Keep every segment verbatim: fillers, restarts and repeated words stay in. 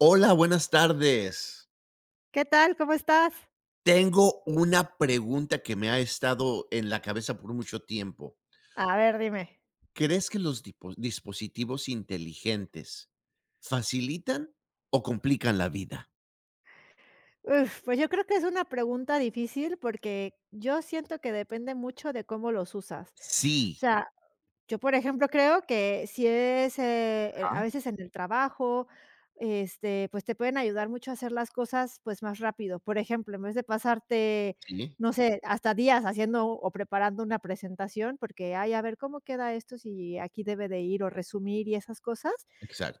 Hola, buenas tardes. ¿Qué tal? ¿Cómo estás? Tengo una pregunta que me ha estado en la cabeza por mucho tiempo. A ver, dime. ¿Crees que los dipo- dispositivos inteligentes facilitan o complican la vida? Uf, pues yo creo que es una pregunta difícil porque yo siento que depende mucho de cómo los usas. O Sí. sea, yo, por ejemplo, creo que si es, eh, el- a Ajá, veces en el trabajo, este, pues, te pueden ayudar mucho a hacer las cosas, pues, más rápido. Por ejemplo, en vez de pasarte, sí, no sé, hasta días haciendo o preparando una presentación, porque: "Ay, a ver cómo queda esto, si aquí debe de ir", o resumir y esas cosas,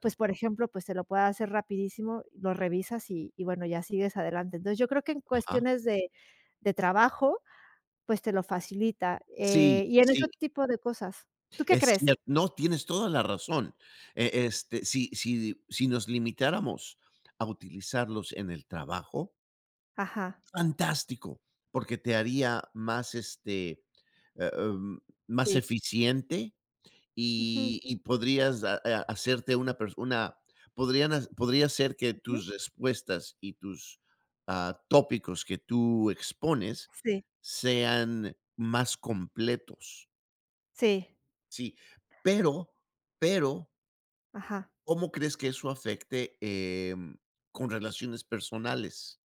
pues, por ejemplo, pues, se lo puede hacer rapidísimo, lo revisas y y bueno, ya sigues adelante. Entonces, yo creo que en Ajá. cuestiones de de trabajo, pues te lo facilita, Sí, eh, y en ese sí, tipo de cosas. ¿Tú qué es crees? cierto. No, tienes toda la razón. Eh, Este, si, si, si nos limitáramos a utilizarlos en el trabajo, Ajá, fantástico, porque te haría más, este, eh, em, más sí. eficiente Ujú, y y podrías ha ha hacerte una persona podrían ha podría ser que ujú. tus respuestas y tus, ah, tópicos que tú expones Sí, sean más completos. sí, Sí, pero pero, ajá. ¿cómo crees que eso afecte, em, con relaciones personales?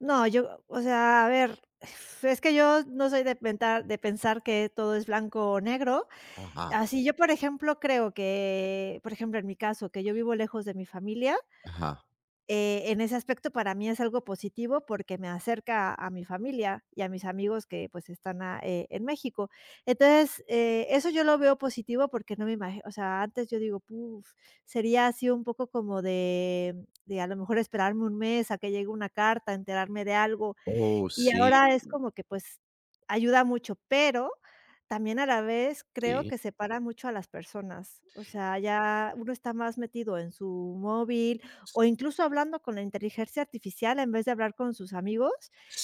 No, yo, o sea, a ver, es que yo no soy de pensar de pensar que todo es blanco o negro. Ajá, Así yo, por ejemplo, creo que, por ejemplo, en mi caso, que yo vivo lejos de mi familia, ajá. Eh, en ese aspecto para mí es algo positivo porque me acerca a mi familia y a mis amigos que pues están a- eh, en México. Entonces, eh, eso yo lo veo positivo porque no me imagino, o sea, antes yo digo, "Puf", sería así un poco como de, de a lo mejor esperarme un mes a que llegue una carta, enterarme de algo Oh, y sí, ahora es como que, pues, ayuda mucho, pero también a la vez creo sí. que separa mucho a las personas. O sea, ya uno está más metido en su móvil o incluso hablando con la inteligencia artificial en vez de hablar con sus amigos,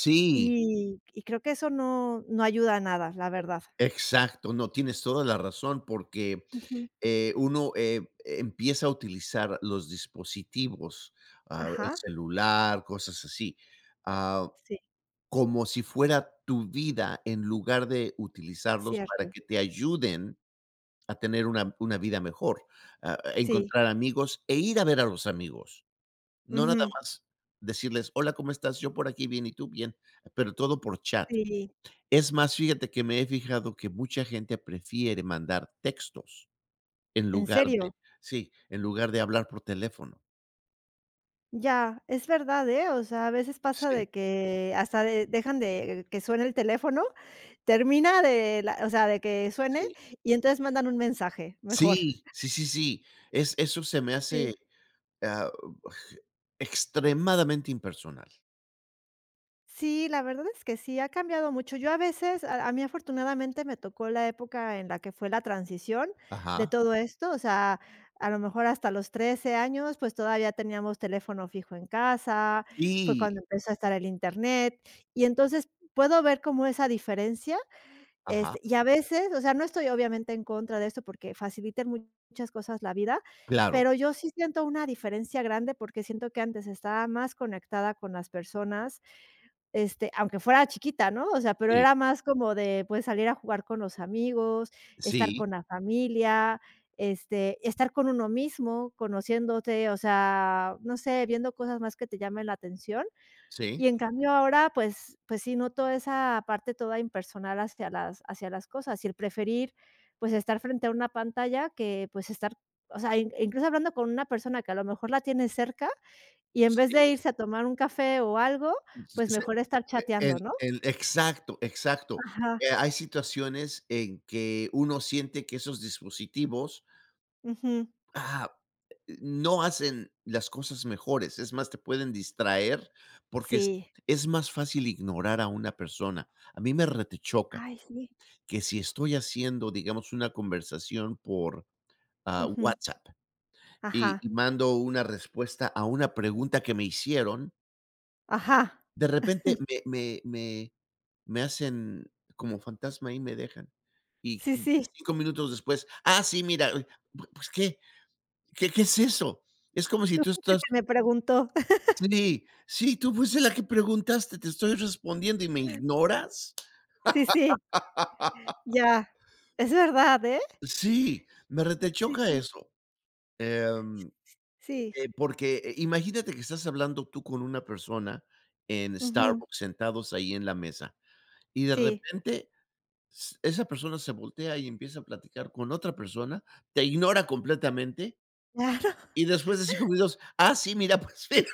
Sí, y y creo que eso no no ayuda a nada, la verdad. exacto. No, tienes toda la razón, porque, Ujú. eh, uno, eh, empieza a utilizar los dispositivos, ah, el Ajá. celular, cosas así, ah, Sí, como si fuera tu vida, en lugar de utilizarlos para cierto. que te ayuden a tener una una vida mejor, ah, a Sí. encontrar amigos e ir a ver a los amigos. No nada Ujú. más decirles: "Hola, ¿cómo estás? Yo por aquí bien, ¿y tú?". Bien, pero todo por chat. Sí, Es más, fíjate que me he fijado que mucha gente prefiere mandar textos en en lugar de, serio. sí, en lugar de hablar por teléfono. Ya, es verdad, ¿eh? O sea, a veces pasa Sí, de que hasta de dejan de eh, que suene el teléfono. Termina de la o sea, de que suene, sí. y entonces mandan un mensaje, mejor. Sí, sí, sí, sí. Es eso se me hace, Sí. ah, extremadamente impersonal. Sí, la verdad es que sí, ha cambiado mucho. Yo a veces, a a mí afortunadamente me tocó la época en la que fue la transición de Ajá. todo esto, o sea, a lo mejor hasta los trece años, pues, todavía teníamos teléfono fijo en casa, fue Sí, cuando empezó a estar el Internet, y entonces puedo ver como esa diferencia. ajá, Este, y a veces, o sea, no estoy obviamente en contra de esto porque facilitan muchas cosas la vida, claro. pero yo sí siento una diferencia grande porque siento que antes estaba más conectada con las personas, este, aunque fuera chiquita, ¿no? O sea, pero Sí, era más como de, pues, salir a jugar con los amigos, estar sí, con la familia, este, estar con uno mismo, conociéndote, o sea, no sé, viendo cosas más que te llamen la atención. sí, Y en cambio ahora, pues pues sí noto esa parte toda impersonal hacia las hacia las cosas, y el preferir, pues, estar frente a una pantalla que, pues, estar o sea, in incluso hablando con una persona que a lo mejor la tiene cerca, y en vez de sí, irse a tomar un café o algo, pues, se mejor estar chateando, el ¿no? el exacto, exacto. Ajá, Eh, hay situaciones en que uno siente que esos dispositivos ujú, Ah, no hacen las cosas mejores, es más, te pueden distraer porque es sí. es más fácil ignorar a una persona. A mí me retechoca Ay, sí. que si estoy haciendo, digamos, una conversación por, ah, Ujú. WhatsApp y Ajá, y mando una respuesta a una pregunta que me hicieron, ajá. de repente me me me me hacen como fantasma y me dejan. Y Sí, qu- sí, Cinco minutos después, ah, sí, mira, eh, pu pues, ¿qué? ¿Qué qué es eso? Es como si tú estás. que me preguntó. Sí, sí, tú fuiste la que preguntaste, te estoy respondiendo y me ignoras. Sí, sí, ya. Es verdad, ¿eh? Sí, me Sí, retechoca sí, eso, em, sí. eh, porque, eh, imagínate que estás hablando tú con una persona en Ujú, Starbucks, sentados ahí en la mesa, y de sí. repente s esa persona se voltea y empieza a platicar con otra persona, te ignora completamente, Claro, y después de cinco minutos, "Ah, sí, mira, pues mira".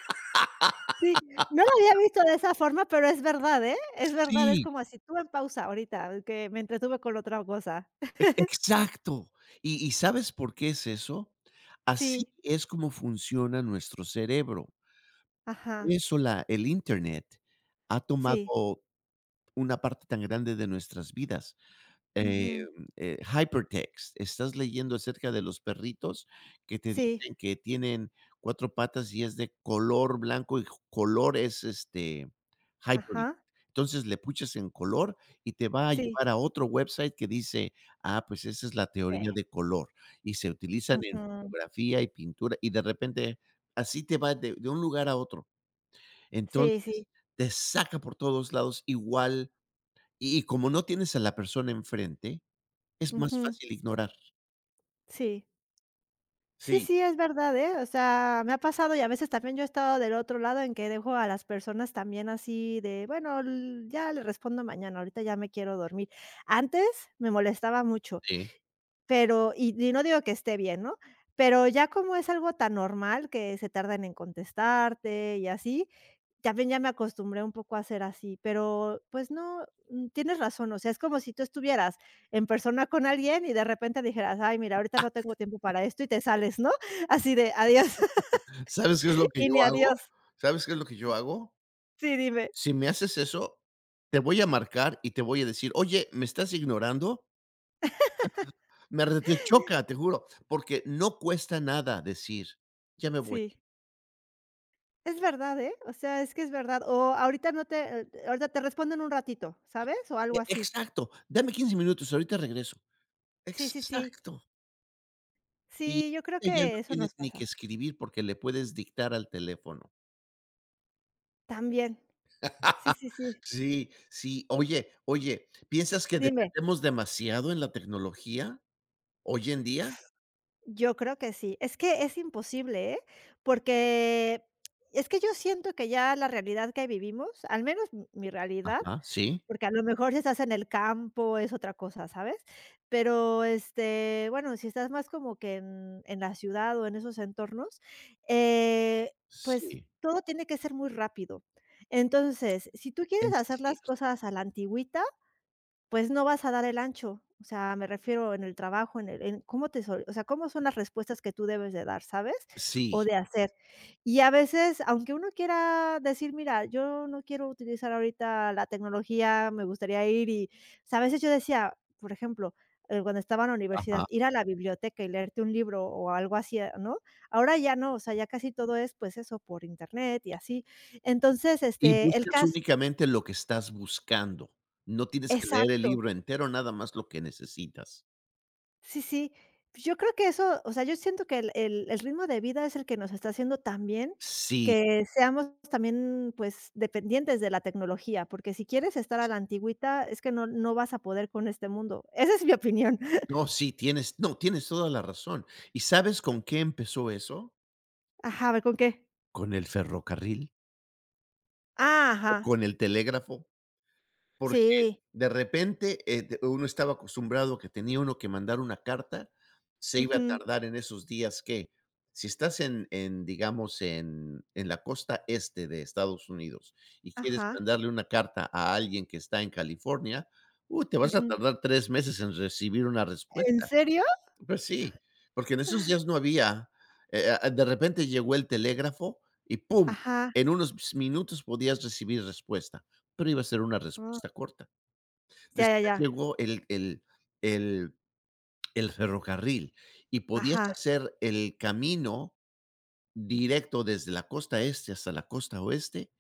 sí, no lo había visto de esa forma, pero es verdad, ¿eh? Es verdad, es Sí. como así, tú en pausa ahorita, que me entretuve con otra cosa. E exacto. ¿Y y sabes por qué es eso? Así Sí, es como funciona nuestro cerebro. ajá, Eso la El Internet ha sí, tomado una parte tan grande de nuestras vidas, eh, ujú, eh, hypertext. Estás leyendo acerca de los perritos que te sí, dicen que tienen cuatro patas y es de color blanco y color es, este, hyperlink. ajá, Entonces, le puchas en color y te va a sí, llevar a otro website que dice: "Ah, pues esa es la sí, teoría de color", y se utilizan en ujú, fotografía y pintura, y de repente así te va de de un lugar a otro. sí, Entonces, sí, te saca por todos lados igual, y y como no tienes a la persona enfrente, es más ujú, fácil ignorar. sí. Sí, Sí, sí, es verdad, ¿eh? O sea, me ha pasado y a veces también yo he estado del otro lado en que dejo a las personas también así de, bueno, l- ya le respondo mañana, ahorita ya me quiero dormir. Antes me molestaba mucho. sí. Pero y y no digo que esté bien, ¿no? Pero ya como es algo tan normal que se tardan en contestarte y así, también ya me acostumbré un poco a ser así, pero, pues no, mm, tienes razón, o sea, es como si tú estuvieras en persona con alguien y de repente dijeras: "Ay, mira, ahorita no tengo tiempo para esto", y te sales, ¿no? Así de: "Adiós", ¿Sabes qué es lo que y ni yo hago? adiós. ¿Sabes qué es lo que yo hago? Sí, dime. Si me haces eso, te voy a marcar y te voy a decir: "Oye, ¿me estás ignorando?". Me retechoca, te choca, te juro, porque no cuesta nada decir: "Ya me voy". Sí. Es verdad, ¿eh? O sea, es que es verdad. O ahorita no te eh, ahorita te respondo en un ratito, ¿sabes? O E algo así. Exacto, dame quince minutos, ahorita regreso. Sí, sí, sí. Exacto. Y Sí, yo creo ya no que eso tienes nos ni que pasa. escribir porque le puedes dictar al teléfono. También. Sí, sí, sí. Sí, sí. Oye, oye, ¿piensas que Dime. dependemos demasiado en la tecnología? Hoy en día. Yo creo que sí. Es que es imposible, ¿eh? Porque es que yo siento que ya la realidad que vivimos, al menos m mi realidad, Ajá, sí, porque a lo mejor si estás en el campo es otra cosa, ¿sabes? Pero, este, bueno, si estás más como que en en la ciudad o en esos entornos, eh, pues sí. todo tiene que ser muy rápido. Entonces, si tú quieres Es hacer las cierto. cosas a la antigüita. Pues no vas a dar el ancho, o sea, me refiero en el trabajo, en el en cómo te sol o sea, cómo son las respuestas que tú debes de dar, ¿sabes? O Sí. de hacer. Y a veces, aunque uno quiera decir: "Mira, yo no quiero utilizar ahorita la tecnología, me gustaría ir", y, o sea, a veces yo decía, por ejemplo, eh, cuando estaba en la universidad, Ajá. ir a la biblioteca y leerte un libro o algo así, eh, ¿no? Ahora ya no, o sea, ya casi todo es, pues, eso, por internet y así. Entonces, Y este, el buscas caso, únicamente lo que estás buscando. No tienes que leer el exacto. libro entero, nada más lo que necesitas. Sí, sí. Yo creo que eso, o sea, yo siento que el el el ritmo de vida es el que nos está haciendo también Sí, que seamos también, pues, dependientes de la tecnología, porque si quieres estar a la antigüita, es que no no vas a poder con este mundo. Esa es mi opinión. no, sí, tienes no, tienes toda la razón. ¿Y sabes con qué empezó eso? Ajá, a ver, ¿con qué? Con el ferrocarril, Ah, o ajá. con el telégrafo. Sí. De repente, eh, te- uno estaba acostumbrado que tenía uno que mandar una carta, se iba a Ujú. tardar en esos días que, si estás en, en, digamos, en, en la costa este de Estados Unidos y quieres Ajá. mandarle una carta a alguien que está en California, uh, te vas a Ujú. tardar tres meses en recibir una ¿En respuesta. serio? Pues sí, porque en esos días no había, eh, ah, de repente llegó el telégrafo y ¡pum! Ajá. En unos minutos podías recibir respuesta, pero iba a ser una Oh, respuesta corta. ya, ya, Después ya. llegó el el el el ferrocarril y podías Ajá. hacer el camino directo desde la costa este hasta la costa oeste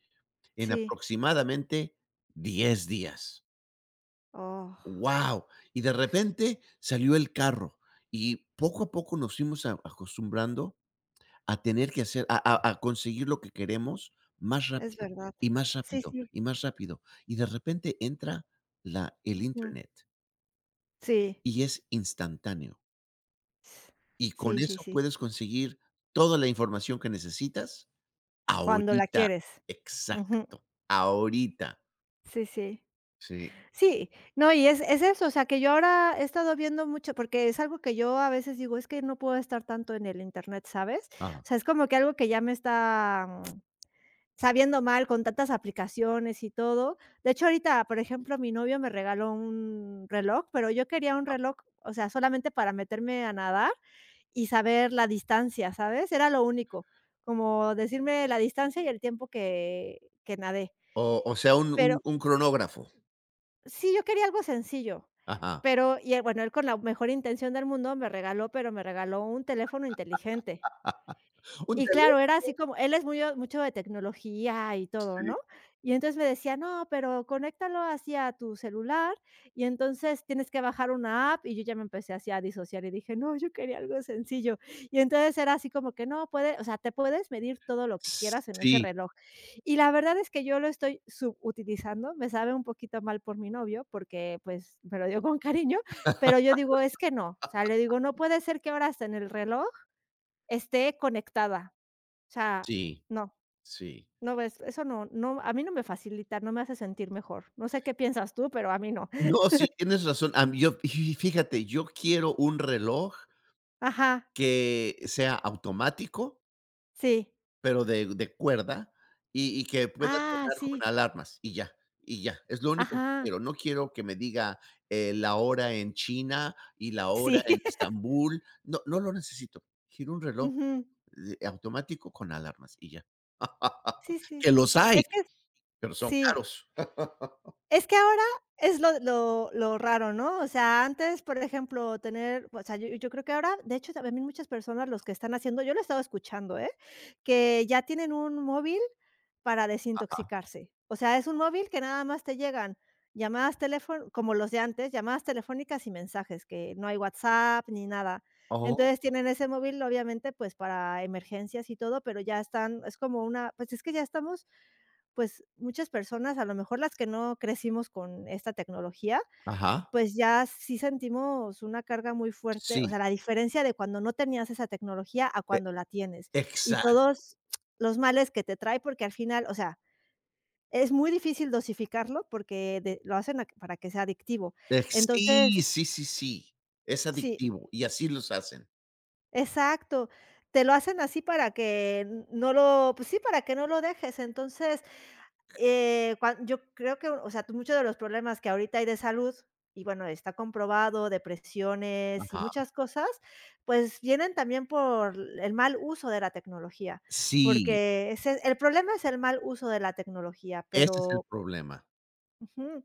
en Sí. aproximadamente diez días. Oh, Wow. Y de repente salió el carro y poco a poco nos fuimos a acostumbrando a tener que hacer a a a conseguir lo que queremos más es rápido verdad. y más Sí, rápido sí. y más rápido. Y de repente entra la el Ujú. Internet Sí. y es instantáneo. Y con Sí, sí, eso sí. puedes conseguir toda la información que necesitas Cuando la ahorita. quieres. Ujú. Exacto, ahorita. Sí, sí. Sí, Sí, no, y es es eso, o sea, que yo ahora he estado viendo mucho, porque es algo que yo a veces digo: "Es que no puedo estar tanto en el Internet", ¿sabes? O ajá. sea, es como que algo que ya me está mm, sabiendo mal con tantas aplicaciones y todo. De hecho, ahorita, por ejemplo, mi novio me regaló un reloj, pero yo quería un reloj, o sea, solamente para meterme a nadar y saber la distancia, ¿sabes? Era lo único, como decirme la distancia y el tiempo que que nadé. O o sea, un un Pero. un cronógrafo. Sí, yo quería algo sencillo, Ajá. pero y, eh, bueno, él con la mejor intención del mundo me regaló, pero me regaló un teléfono inteligente. Un Y claro, teléfono. era así como él es muy, mucho de tecnología y todo, Sí. ¿no? Y entonces me decía: "No, pero conéctalo así a tu celular, y entonces tienes que bajar una app", y yo ya me empecé así a disociar y dije: "No, yo quería algo sencillo". Y entonces era así como que no puede, o sea, te puedes medir todo lo que quieras en ese Sí, reloj. Y la verdad es que yo lo estoy subutilizando, me sabe un poquito mal por mi novio, porque, pues, me lo dio con cariño, pero yo digo: "Es que no", o sea, le digo: "No puede ser que ahora hasta en el reloj esté conectada". O sea, sí, no, sí. no ves, eso no no, a mí no me facilita, no me hace sentir mejor. No sé qué piensas tú, pero a mí no. No, sí, tienes razón. Am Yo, fíjate, yo quiero un reloj Ajá, que sea automático. sí. Pero de de cuerda y y que pueda Ah, sonar con sí, alarmas y ya y ya, es lo único que ajá, quiero. No quiero que me diga, eh, la hora en China y la hora sí. en Estambul. No, no lo necesito. Quiero un reloj Ujú. de automático con alarmas y ya. Sí, sí. Que los hay, Es que pero son sí, caros. es que ahora es lo lo lo raro, ¿no? O sea, antes, por ejemplo, tener, o sea, yo yo creo que ahora, de hecho, también muchas personas los que están haciendo, yo lo he estado escuchando, ¿eh? Que ya tienen un móvil para Ajá. desintoxicarse. O sea, es un móvil que nada más te llegan llamadas teléfono como los de antes, llamadas telefónicas y mensajes, que no hay WhatsApp ni nada. Oh, Entonces, tienen ese móvil, obviamente, pues, para emergencias y todo, pero ya están es como una pues, es que ya estamos, pues, muchas personas, a lo mejor las que no crecimos con esta tecnología, ajá. pues, ya sí sentimos una carga muy fuerte, o Sí, sea, la diferencia de cuando no tenías esa tecnología a e cuando la tienes, y exacto. todos los males que te trae, porque al final, o sea, es muy difícil dosificarlo porque de lo hacen a para que sea adictivo. Ex Sí, Entonces sí, sí, sí. Es sí, adictivo y así los hacen. exacto. Te lo hacen así para que n- no lo pues sí, para que no lo dejes. Entonces, eh, cuan yo creo que, o sea, tú muchos de los problemas que ahorita hay de salud, y bueno, está comprobado, depresiones y Ajá. muchas cosas, pues vienen también por el mal uso de la tecnología, Sí, porque ese el problema es el mal uso de la tecnología, ese es el pero problema. ujú.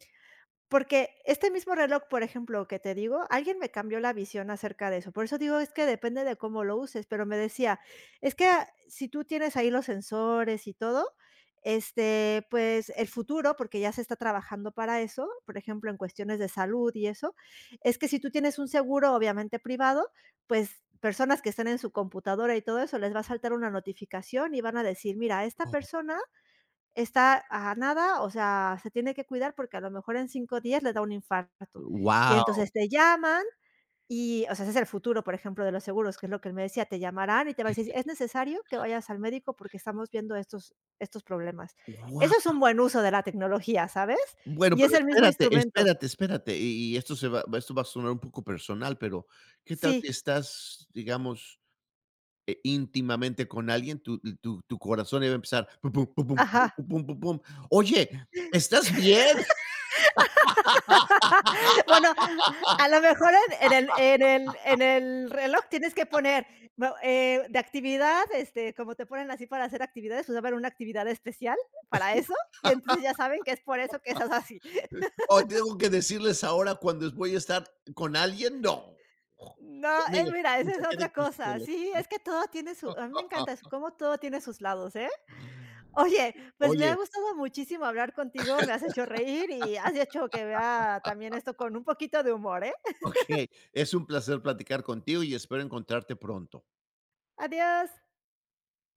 Porque este mismo reloj, por ejemplo, que te digo, alguien me cambió la visión acerca de eso. Por eso digo, es que depende de cómo lo uses, pero me decía, es que ah, si tú tienes ahí los sensores y todo, este, pues el futuro, porque ya se está trabajando para eso, por ejemplo, en cuestiones de salud y eso, es que si tú tienes un seguro, obviamente privado, pues personas que estén en su computadora y todo eso, les va a saltar una notificación y van a decir, mira, esta persona. Está a nada, o sea, se tiene que cuidar porque a lo mejor en cinco días le da un infarto. Y Wow, entonces te llaman y, o sea, ese es el futuro, por ejemplo, de los seguros, que es lo que él me decía, te llamarán y te van a decir: "Es necesario que vayas al médico porque estamos viendo estos estos problemas". wow. Eso es un buen uso de la tecnología, ¿sabes? Bueno, Y pero es el mismo espérate, instrumento. espérate, espérate, y y esto se va esto va a sonar un poco personal, pero, ¿qué tal si Sí, estás, digamos, eh, íntimamente con alguien? Tu tu tu corazón iba a empezar, pum, pum, pum, pum, pum, ajá. pum, pum, pum, pum. Oye, ¿estás bien? Bueno, a lo mejor en en el en el en el reloj tienes que poner, no, eh, de actividad, este, como te ponen así para hacer actividades, pues, va a haber una actividad especial para eso, y entonces ya saben que es por eso que estás así. ¿O tengo que decirles ahora cuando voy a estar con alguien? No. No, eh, Mire, mira, que esa se es queden otra con su cosa. Sí, relojito. es que todo tiene su a mí me encanta eso, cómo todo tiene sus lados, ¿eh? Oye, pues, me Oye, ha gustado muchísimo hablar contigo, me has hecho reír y has hecho que vea también esto con un poquito de humor, ¿eh? okey, es un placer platicar contigo y espero encontrarte pronto. Adiós.